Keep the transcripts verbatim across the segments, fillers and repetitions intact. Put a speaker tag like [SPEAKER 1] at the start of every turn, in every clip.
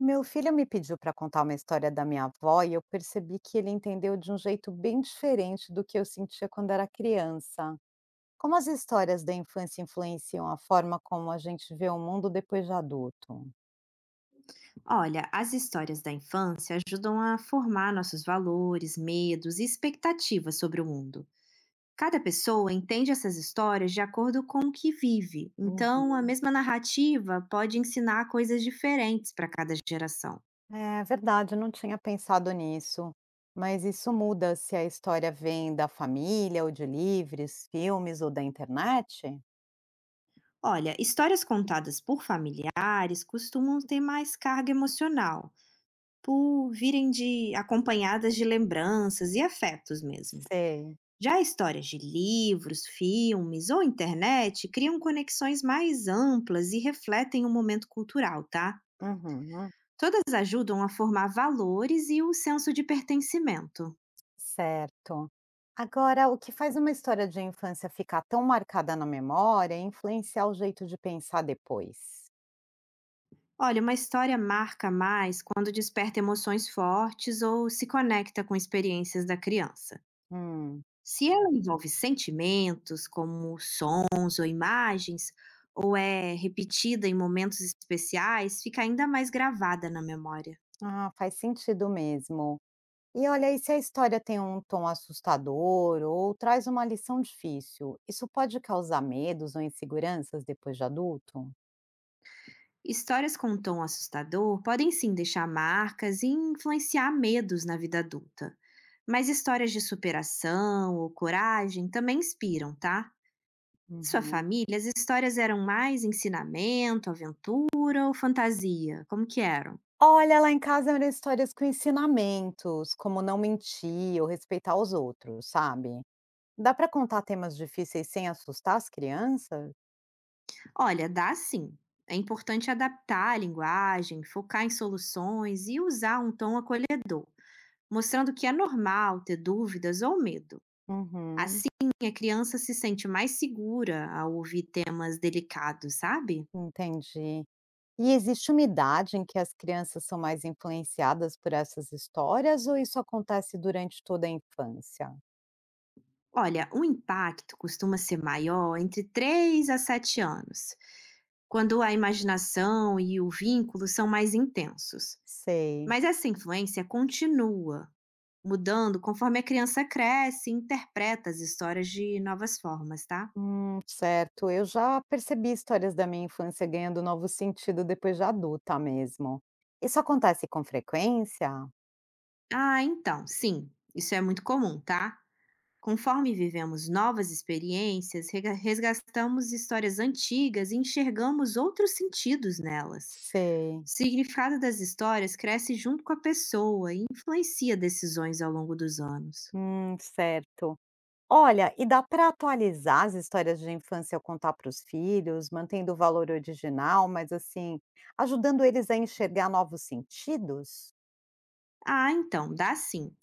[SPEAKER 1] Meu filho me pediu para contar uma história da minha avó e eu percebi que ele entendeu de um jeito bem diferente do que eu sentia quando era criança. Como as histórias da infância influenciam a forma como a gente vê o mundo depois de adulto?
[SPEAKER 2] Olha, as histórias da infância ajudam a formar nossos valores, medos e expectativas sobre o mundo. Cada pessoa entende essas histórias de acordo com o que vive, então a
[SPEAKER 1] Uhum.
[SPEAKER 2] mesma narrativa pode ensinar coisas diferentes para cada geração.
[SPEAKER 1] É verdade, eu não tinha pensado nisso. Mas isso muda se a história vem da família ou de livros, filmes ou da internet?
[SPEAKER 2] Olha, histórias contadas por familiares costumam ter mais carga emocional, por virem de acompanhadas de lembranças e afetos mesmo.
[SPEAKER 1] Sei.
[SPEAKER 2] Já histórias de livros, filmes ou internet criam conexões mais amplas e refletem o momento cultural, tá?
[SPEAKER 1] Uhum.
[SPEAKER 2] Todas ajudam a formar valores e o senso de pertencimento.
[SPEAKER 1] Certo. Agora, o que faz uma história de infância ficar tão marcada na memória é influenciar o jeito de pensar depois.
[SPEAKER 2] Olha, uma história marca mais quando desperta emoções fortes ou se conecta com experiências da criança.
[SPEAKER 1] Hum,
[SPEAKER 2] Se ela envolve sentimentos, como sons ou imagens, ou é repetida em momentos especiais, fica ainda mais gravada na memória.
[SPEAKER 1] ah, faz sentido mesmo. E olha, e se a história tem um tom assustador ou traz uma lição difícil, isso pode causar medos ou inseguranças depois de adulto?
[SPEAKER 2] Histórias com um tom assustador podem sim deixar marcas e influenciar medos na vida adulta, mas histórias de superação ou coragem também inspiram, tá? Sua
[SPEAKER 1] Uhum.
[SPEAKER 2] família, as histórias eram mais ensinamento, aventura ou fantasia? Como que eram?
[SPEAKER 1] Olha, lá em casa eram histórias com ensinamentos, como não mentir ou respeitar os outros, sabe? Dá para contar temas difíceis sem assustar as crianças?
[SPEAKER 2] Olha, dá sim. É importante adaptar a linguagem, focar em soluções e usar um tom acolhedor, mostrando que é normal ter dúvidas ou medo.
[SPEAKER 1] Uhum,
[SPEAKER 2] Assim, a criança se sente mais segura ao ouvir temas delicados, sabe?
[SPEAKER 1] Entendi. E existe uma idade em que as crianças são mais influenciadas por essas histórias ou isso acontece durante toda a infância?
[SPEAKER 2] Olha, o impacto costuma ser maior entre três a sete anos, quando a imaginação e o vínculo são mais intensos.
[SPEAKER 1] Sei.
[SPEAKER 2] Mas essa influência continua, mudando conforme a criança cresce e interpreta as histórias de novas formas, tá?
[SPEAKER 1] Hum, certo. Eu já percebi histórias da minha infância ganhando novo sentido depois de adulta mesmo. Isso acontece com frequência?
[SPEAKER 2] Ah, então, sim, isso é muito comum, tá? Conforme vivemos novas experiências, rega- resgatamos histórias antigas e enxergamos outros sentidos nelas.
[SPEAKER 1] Sei.
[SPEAKER 2] O significado das histórias cresce junto com a pessoa e influencia decisões ao longo dos anos.
[SPEAKER 1] Hum, certo. Olha, e dá para atualizar as histórias de infância ao contar para os filhos, mantendo o valor original, mas assim, ajudando eles a enxergar novos sentidos?
[SPEAKER 2] Ah, então, dá sim.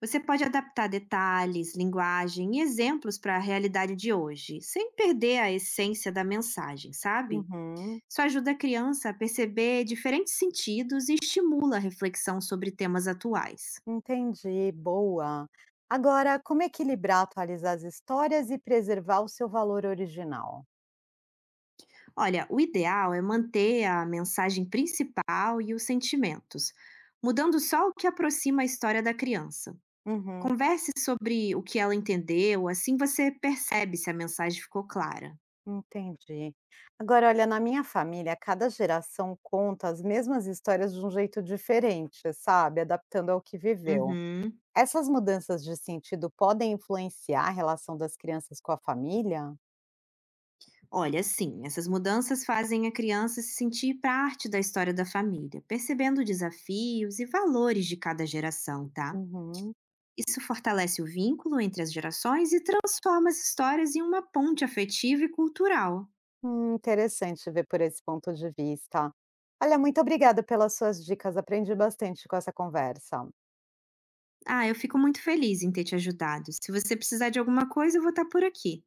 [SPEAKER 2] Você pode adaptar detalhes, linguagem e exemplos para a realidade de hoje, sem perder a essência da mensagem, sabe?
[SPEAKER 1] Uhum,
[SPEAKER 2] Isso ajuda a criança a perceber diferentes sentidos e estimula a reflexão sobre temas atuais.
[SPEAKER 1] Entendi, boa. Agora, como equilibrar atualizar as histórias e preservar o seu valor original?
[SPEAKER 2] Olha, o ideal é manter a mensagem principal e os sentimentos, mudando só o que aproxima a história da criança.
[SPEAKER 1] Uhum,
[SPEAKER 2] Converse sobre o que ela entendeu, assim você percebe se a mensagem ficou clara.
[SPEAKER 1] Entendi. Agora, olha, na minha família, cada geração conta as mesmas histórias de um jeito diferente, sabe? Adaptando ao que viveu.
[SPEAKER 2] Uhum.
[SPEAKER 1] Essas mudanças de sentido podem influenciar a relação das crianças com a família?
[SPEAKER 2] Olha, sim, essas mudanças fazem a criança se sentir parte da história da família, percebendo desafios e valores de cada geração, tá?
[SPEAKER 1] Uhum.
[SPEAKER 2] Isso fortalece o vínculo entre as gerações e transforma as histórias em uma ponte afetiva e cultural.
[SPEAKER 1] Hum, interessante ver por esse ponto de vista. Olha, muito obrigada pelas suas dicas, aprendi bastante com essa conversa.
[SPEAKER 2] Ah, eu fico muito feliz em ter te ajudado. Se você precisar de alguma coisa, eu vou estar por aqui.